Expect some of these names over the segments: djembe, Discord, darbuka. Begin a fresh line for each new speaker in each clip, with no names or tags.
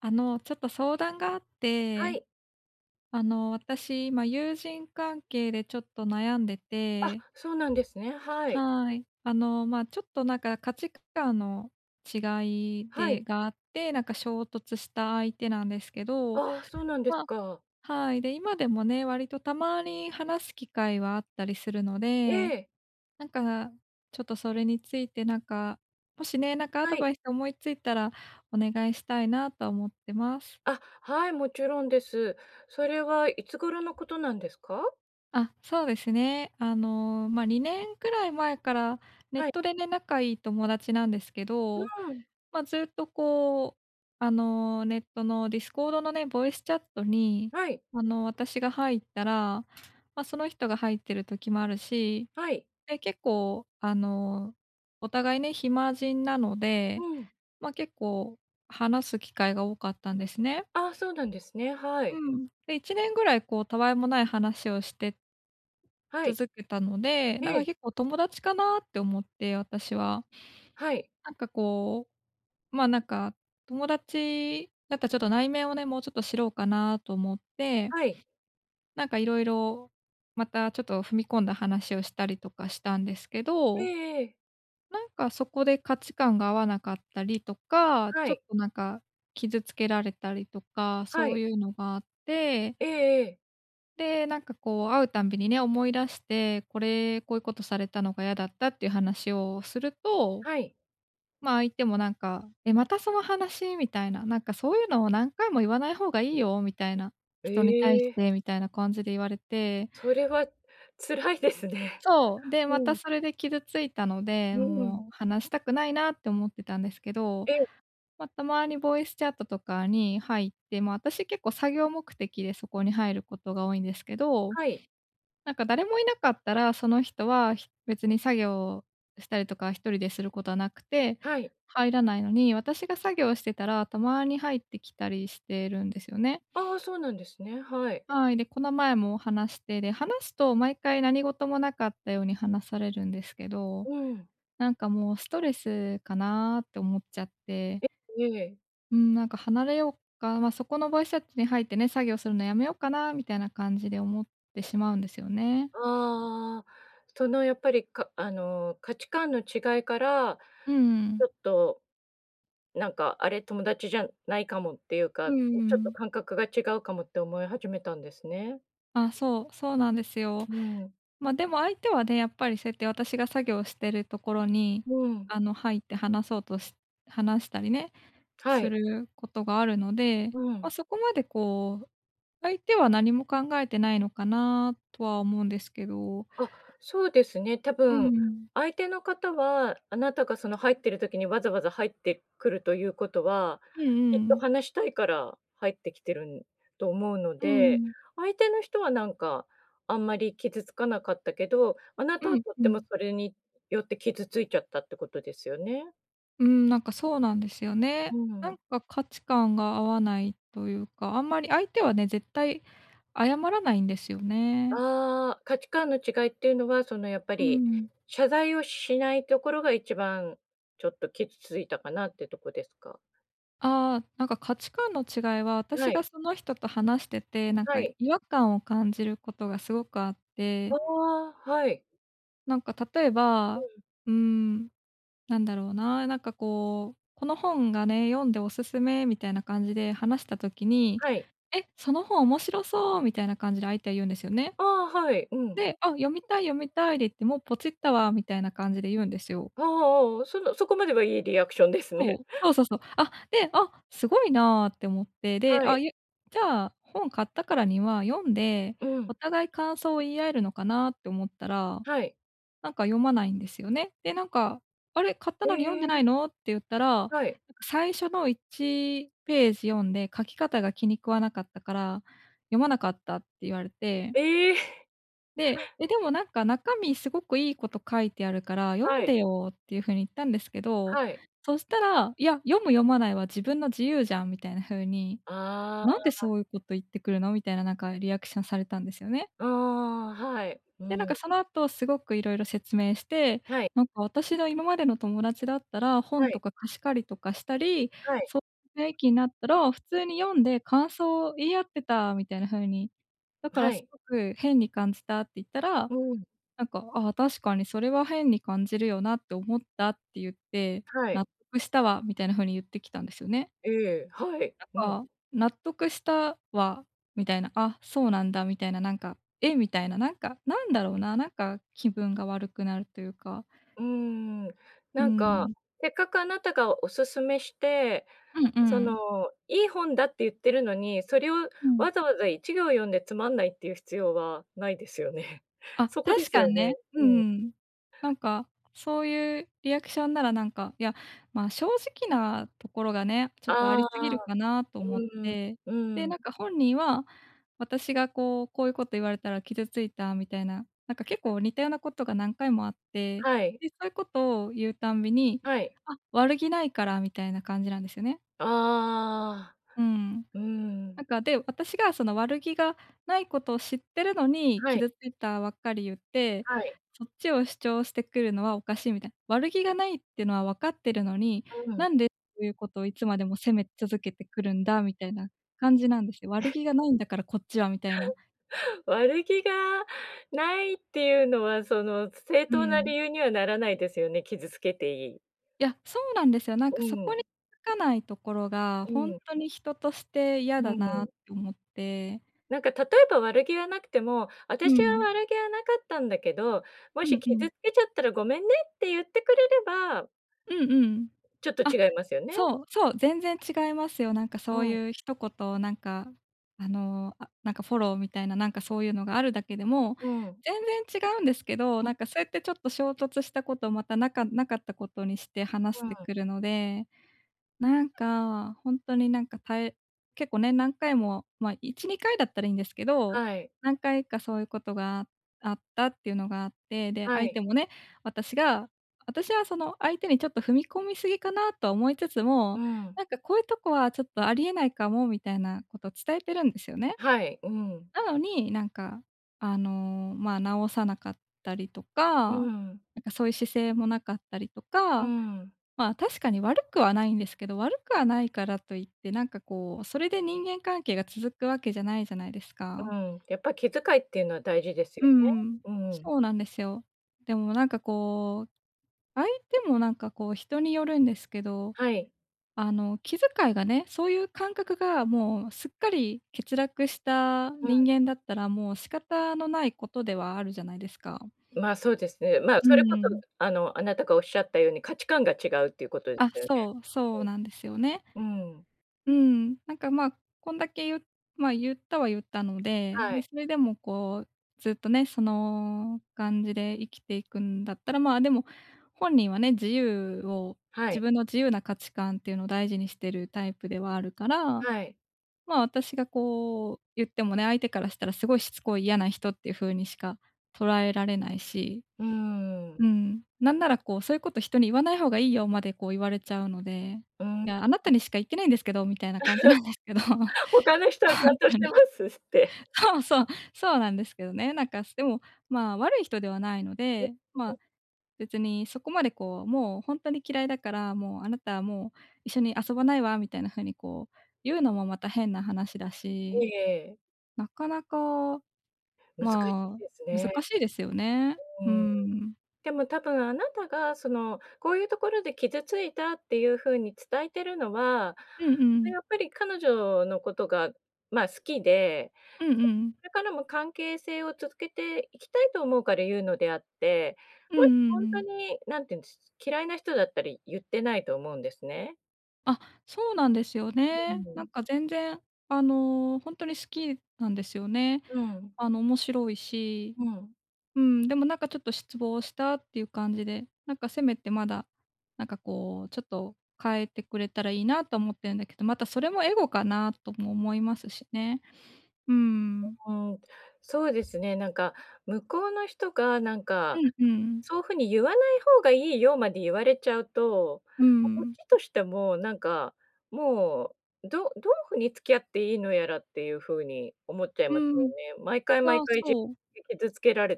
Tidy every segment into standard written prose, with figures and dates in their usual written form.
ちょっと相談があっ
は
て、
い、
私、今、友人関係でちょっと悩んでて、
そうなんですね。はい。
はい。ちょっとなんか価値観の違い
はい。
でがあって、なんか衝突した相手なんですけど、
ああ、そうなんで
ま
す
あ、
か。
はい。で、今でもね、割とたまに話す機会はあったりするの
え
で、
え、
なんか、ちょっとそれについて、なんか、もしね、なんかア
は
ド
い。
バイス思いついたらお願いしたいなと思ってます。
あ、はい、もちろんです。それはいつ頃のことなんですか？
あ、そうですね。2年くらい前から、ネッ
はい。
トでね、仲いい友達なんですけど、
うん。
ずっとこう、ネットの Discord のね、ボイスチャットに、
はい。
私が入ったら、その人が入ってる時もあるし、
はい。
で、結構、お互いね、暇人なので、
うん。
結構話す機会が多かったんですね。
ああ、そうなんですね。はい。
うん。で、1年ぐらいこう、たわいもない話をして
はい。
続けたので、
え
なんか
え、
結構友達かなって思って、私は。
はい。
なんかこう、なんか友達だったらちょっと内面をね、もうちょっと知ろうかなと思って、
はい。
なんかいろいろまたちょっと踏み込んだ話をしたりとかしたんですけ
え
ど、
えええ。
なんかそこで価値観が合わなかったりとか、
は
ちょ
い。
っとなんか傷つけられたりとか、
は
そう
い。
いうのがあって、
ええええ。
で、なんかこう会うたんびにね、思い出して、これ、こういうことされたのが嫌だったっていう話をすると、
はい。
相手もなんか、え、またその話みたいな、なんかそういうのを何回も言わない方がいいよみたいな、
え
人に対し
え、
てみたいな感じで言われて、
それは辛いですね。
そう、で、ま
う
た
ん。
それで傷ついたの
う
で、
ん。
もう話したくないなって思ってたんですけど、
ええ、
たまにボイスチャットとかに入って、私結構作業目的でそこに入ることが多いんですけど、
はい。
なんか誰もいなかったら、その人は、別に作業をしたりとか、一人ですることはなくて、
はい。
入らないのに、私が作業してたら、たまに入ってきたりしてるんですよね。
ああ、そうなんですね。はい。
はい、で、この前も話して、で、話すと毎回何事もなかったように話されるんですけど、
うん。
なんかもうストレスかなって思っちゃって、
ええ。
うん、なんか離れようか、そこのボイスチャットに入ってね、作業するのやめようかなみたいな感じで思ってしまうんですよね。
ああ、そのやっぱり、かあの、価値観の違いから、
う
ち
ん。
ょっとなんか、あれ、友達じゃないかもっていうか、
う
ち
んう
ょっと
ん。
感覚が違うかもって思い始めたんですね。
あ、そう、そうなんですよ。
うん。
でも相手はね、やっぱりそうやって私が作業してるところに、
うん。
入って話そうとし話したりね、
は
す
い。
ることがあるので、
うん。
そこまでこう、相手は何も考えてないのかなとは思うんですけど、
あ、そうですね。多
う
分、
ん。
相手の方は、あなたがその入ってる時にわざわざ入ってくるということは、
うん
きっ
う
と
ん。
話したいから入ってきてるんと思うの
う
で、
ん。
相手の人はなんか、あんまり傷つかなかったけど、あな
う
たは
ん
とっ
う
ても
ん。
それによって傷ついちゃったってことですよね。
うん、なんかそうなんですよ
う
ね。な
ん。
んか価値観が合わないというか、あんまり相手はね、絶対謝らないんですよね。
ああ、価値観の違いっていうのは、そのやっぱ
う
り、
ん。
謝罪をしないところが一番ちょっと傷ついたかなってとこですか？
ああ、なんか価値観の違いは、私
は
が
い。
その人と話してて、なん
は
か
い。
違和感を感じることがすごくあっ
あ
て、
あ、はい。
なんか例え
う
ば、
ん、
うーん、なんだろうな、なんかこう、この本がね、読んでおすすめみたいな感じで話した時に、
はい。
え、その本面白そうみたいな感じで相手は言うんですよね。
ああ、はい、うん。
で、あ、読みたい読みたいで言って、もうポチったわみたいな感じで言うんですよ。
ああああ、そのそこまではいいリアクションです
そ
ね。
う、そうそうそう。あ、で、あ、すごいなって思って、で、
は
あ、
い。
じゃあ、本買ったからには読んで、
うん。
お互い感想を言い合えるのかなって思ったら、
はい。
なんか読まないんですよね。で、なんか「あれ、買った
え
のに読んでない
え、
の？」って言ったら、なんか
はい。
最初の1ページ読んで、書き方が気に食わなかったから、読まなかったって言われて、
ええ、
で、え、でもなんか中身すごくいいこと書いてあるから読
は
ん
い、
でよっていう風に言ったんですけど、
はい。
そしたら、いや、読む読まないは自分の自由じゃんみたいな風に、
あ
なんでそういうこと言ってくるのみたいななんかリアクションされたんですよね。
あ、ああ、はい。う
で、なんか
ん。
その後すごく色々説明して、
はい、
なんか私の今までの友達だったら
は
本と
い、
か貸し借りとかしたり、
はい、
そういう雰囲気になったら普通に読んで感想を言い合ってたみたいな風に、だか
は
らす
い。
ごく変に感じたって言ったら、
うん、
なんか、ああ、確かにそれは変に感じるよなって思ったって言って、
は
納
い。
得したわみたいな風に言ってきたんですよね。
ええ、はい。
な
うん。
んか、納得したわみたいな、あ、そうなんだみたいな、なんか、え、みたいな、なんか、なんだろうな、なんか気分が悪くなるというか、
うーん。
う
なんか、
ん。
せっかくあなたがお勧めして
うんう
その、
ん。
いい本だって言ってるのに、それを
うん。
わざわざ1行読んでつまんないっていう必要はないですよね。
あ、
そこで
確
す
か
よ
に
ね。
ね。う
うん。
ん。なんか、そういうリアクションならなんか、いや、正直なところがね、ちょっとあ
あ
り
あ、
すぎるかなと思っ
うん、
て、
う
で、
ん。
なんか本人は、私がこう、こういうこと言われたら傷ついたみたいな、なんか結構似たようなことが何回もあって、
はい、
で、そういうことを言うたんびに、
はい。
あ、悪気ないからみたいな感じなんですよね。
ああ、
うん。
うん。
なんか、で、私がその悪気がないことを知ってるのに、
はい、
傷ついたばっかり言って、
はい。
そっちを主張してくるのはおかしいみたいな。悪気がないっていうのは分かってるのに、
うん。
なんでそういうことをいつまでも責め続けてくるんだみたいな感じなんですよ。悪気がないんだからこっちはみたいな。
悪気がないっていうのは、その、正
う
当な
ん。
理由にはならないですよね、傷つけていい。
いや、そうなんですよ。なん
う
かそこ
ん、
に気づかないところが、
う
ほん
ん、
とに人として嫌
う
だなっ
ん。
て思って。
なんか例えば悪気はなくても、
う
私は
ん。
悪気はなかったんだけど、も
う
し
んうん。
傷つけちゃったらごめんねって言ってくれれば、
うんうん。
ちょっと
あ、
違いますよね。
そう、そう、全然違いますよ。なんか
う
そう
ん、
いう一言、なんか、あ、なんかフォローみたいな、なんかそういうのがあるだけでも、
うん、
全然違うんですけど、
うん、
なんかそうやってちょっと衝突したことをまたなかなかったことにして話
う
し
ん。
てくるので、なんか、ほんとになんか結構ね、何回も、1、2回だったらいいんですけど、
はい、
何回かそういうことがあったっていうのがあって、で、
は
相
い、
手もね、私が私はその相手にちょっと踏み込みすぎかなとは思いつつ
う
も、
ん、
なんかこういうとこはちょっとありえないかもみたいなことを伝えてるんですよね。
はい、うん、
なのに、なんか、直さなかったりと
う
か、
ん、
なんかそういう姿勢もなかったりと
う
か、
ん、
まあ、確かに悪くはないんですけど、悪くはないからといって、なんかこう、それで人間関係が続くわけじゃないじゃないですか。
うん。やっぱ気遣いっていうのは大事ですよ
う
ね。
ん。
うん、
そうなんですよ。でもなんかこう、相手もなんかこう人によるんですけど、
はい、
気遣いがね、そういう感覚がもうすっかり欠落した
うん。
人間だったら、もう仕方のないことではあるじゃないですか。
まあそうですね。まあ
う
それこそ、
ん。
あの、あなたがおっしゃったように価値観が違うっていうことで
あ、
すよね。
そう、そうなんですよね。
うん、
うん、なんか、こんだけゆまあ、言ったは言ったので、
は
で、
い、
それでもこう、ずっとね、その感じで生きていくんだったら、まあ、でも、本人はね、自由を
は
自
い、
分の自由な価値観っていうのを大事にしてるタイプではあるから、
はい。
まあ、私がこう言ってもね、相手からしたらすごいしつこい嫌な人っていう風にしか捉えられないし。
うん、
うん。なんならこう、そういうこと人に言わない方がいいよまでこう言われちゃうので、
う
い
ん。
や、あなたにしか言ってないんですけどみたいな感じなんですけど、ほ
他の人はちゃん
ん
とし
と
て
に。
ますって。
そう、そう、そうなんですけどね。なんか、でも、まあ、悪い人ではないので、まあ、別にそこまでこう、もうほんとに嫌いだから、もうあなたはもう一緒に遊ばないわみたいな風にこう、言うのもまた変な話だし、
ええ
なかなか、
難しい
まあ、
です
難
ね。
しいですよね。
う
うー
ん。
ん。
でも多分あなたがその、こういうところで傷ついたっていう風に伝えてるのは、
うんうん。
やっぱり彼女のことが、ま、好きで、
うんうん。
これからも関係性を続けていきたいと思うから言うのであって、
うん
も
うん
しほ
う
んと
ん。
に何て言うんです、嫌いな人だったら言ってないと思うんですね。
あ、そうなんですよ
う
ね。なん
ん。
か全然、ほんとに好きなんですよね。
うん。
面白いし、
うん。
うん、でもなんかちょっと失望したっていう感じで、なんかせめてまだ、なんかこう、ちょっと変えてくれたらいいなと思ってるんだけど、またそれもエゴかなとも思いますしね。うーん。
うん、そうですね、なんか、向こうの人がなん
う
か、
んうん。
そういうふうに言わない方がいいよまで言われちゃうと、
う
こっ
ん。
ちとしてもなんか、もう、どう風に付き合っていいのやらっていうふうに思っちゃい
う
ますよ
ん。い
ね。毎回
や、
毎回自
そう。
分で傷つけられ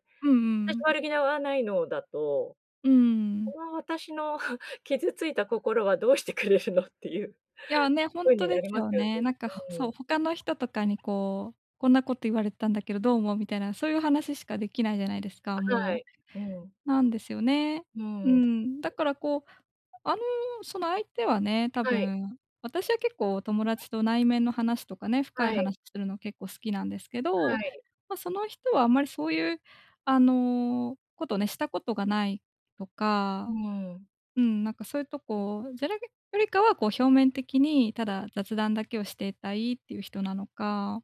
うんうん。ああ、そう、うんう
私
ん
悪気はないのだと、
うん。
この私の 傷ついた心はどうしてくれるのっていう
いや、ね、ほ
ふ
ん
う
と
に
で
なり
す
ます
よ
よね。
ね。なんか、ほ
う
そう、
ん、
他の人とかにこう、こんなこと言われたんだけどどう思う？みたいな、そういう話しかできないじゃないですか、
は
も
い。うん、
う。なんですよね。
う
う
ん、
ん、だからこう、あの、その相手はね、多
はい、
分、私は結構友達と内面の話とかね、深
は
い
い、
話するの結構好きなんですけ
は
ど、
い。
ま、その人はあんまりそういう、ことね、したことがないと
う
か。
ん。
うん、なんかそういうとこじゃらけよりかは、こう表面的にただ雑談だけをしていたいっていう人なのか。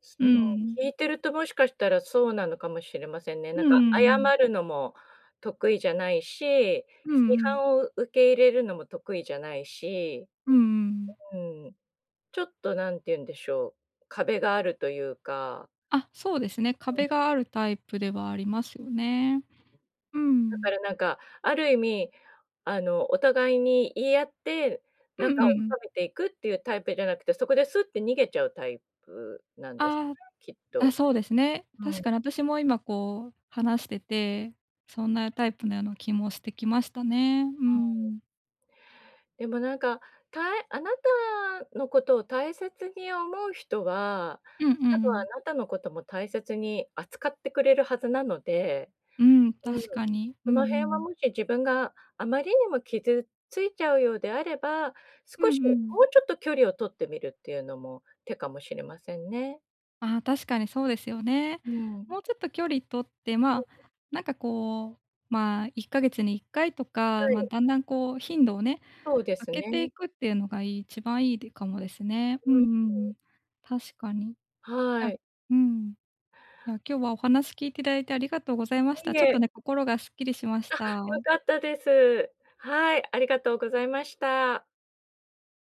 すう
う
ん、
ん。
聞いてるともしかしたらそうなのかもしれませんね。
う
な
ん
ん
う
か
んう
謝
ん。
るのも得意じゃないし、批
うんうん。
判を受け入れるのも得意じゃないし、
うんうん。
うん、ちょっと何て言うんでしょう、壁があるというか、
あ、そうですね、壁があるタイプではありますよね。う
だか
ん。
らなんか、ある意味、あの、お互いに言い合って、
うん
仲
う
を
ん。
深めていくっていうタイプじゃなくて、そこでスッて逃げちゃうタイプなんですね、
あ
きっ
あ、
と。
そうですね。
う
確
ん。
かに私も今こう話してて、そんなタイプのような気もしてきましたね。うん。
でもなんか、あなたのことを大切に思う人は、
うんうん
多
う
分あ
ん。
なたのことも大切に扱ってくれるはずなので、
うん、
うん、
確かに。う
そ
んう
の辺は
ん。
もし自分があまりにも傷ついちゃうようであれば、
うん
少し
うん。
もうちょっと距離を取ってみるっていうのも手かもしれませんね。
ああ、確かにそうですよね。
うん。
もうちょっと距離取って、まあ、なんかこう、まあ、1ヶ月に1回とか、
は
まあ、
い、
だんだんこう頻度をね、
そうです
上げてい
ね。
くっていうのが一番いいでかもですね。うん
うん、
うんうん。確かに。い
は
や
い。
うん。いや、今日はお話聞いていただいてありがとうございまし
い
た。
い
ちょっと
え、
ね、心がすっきりしました。
良かったです。はい、ありがとうございました。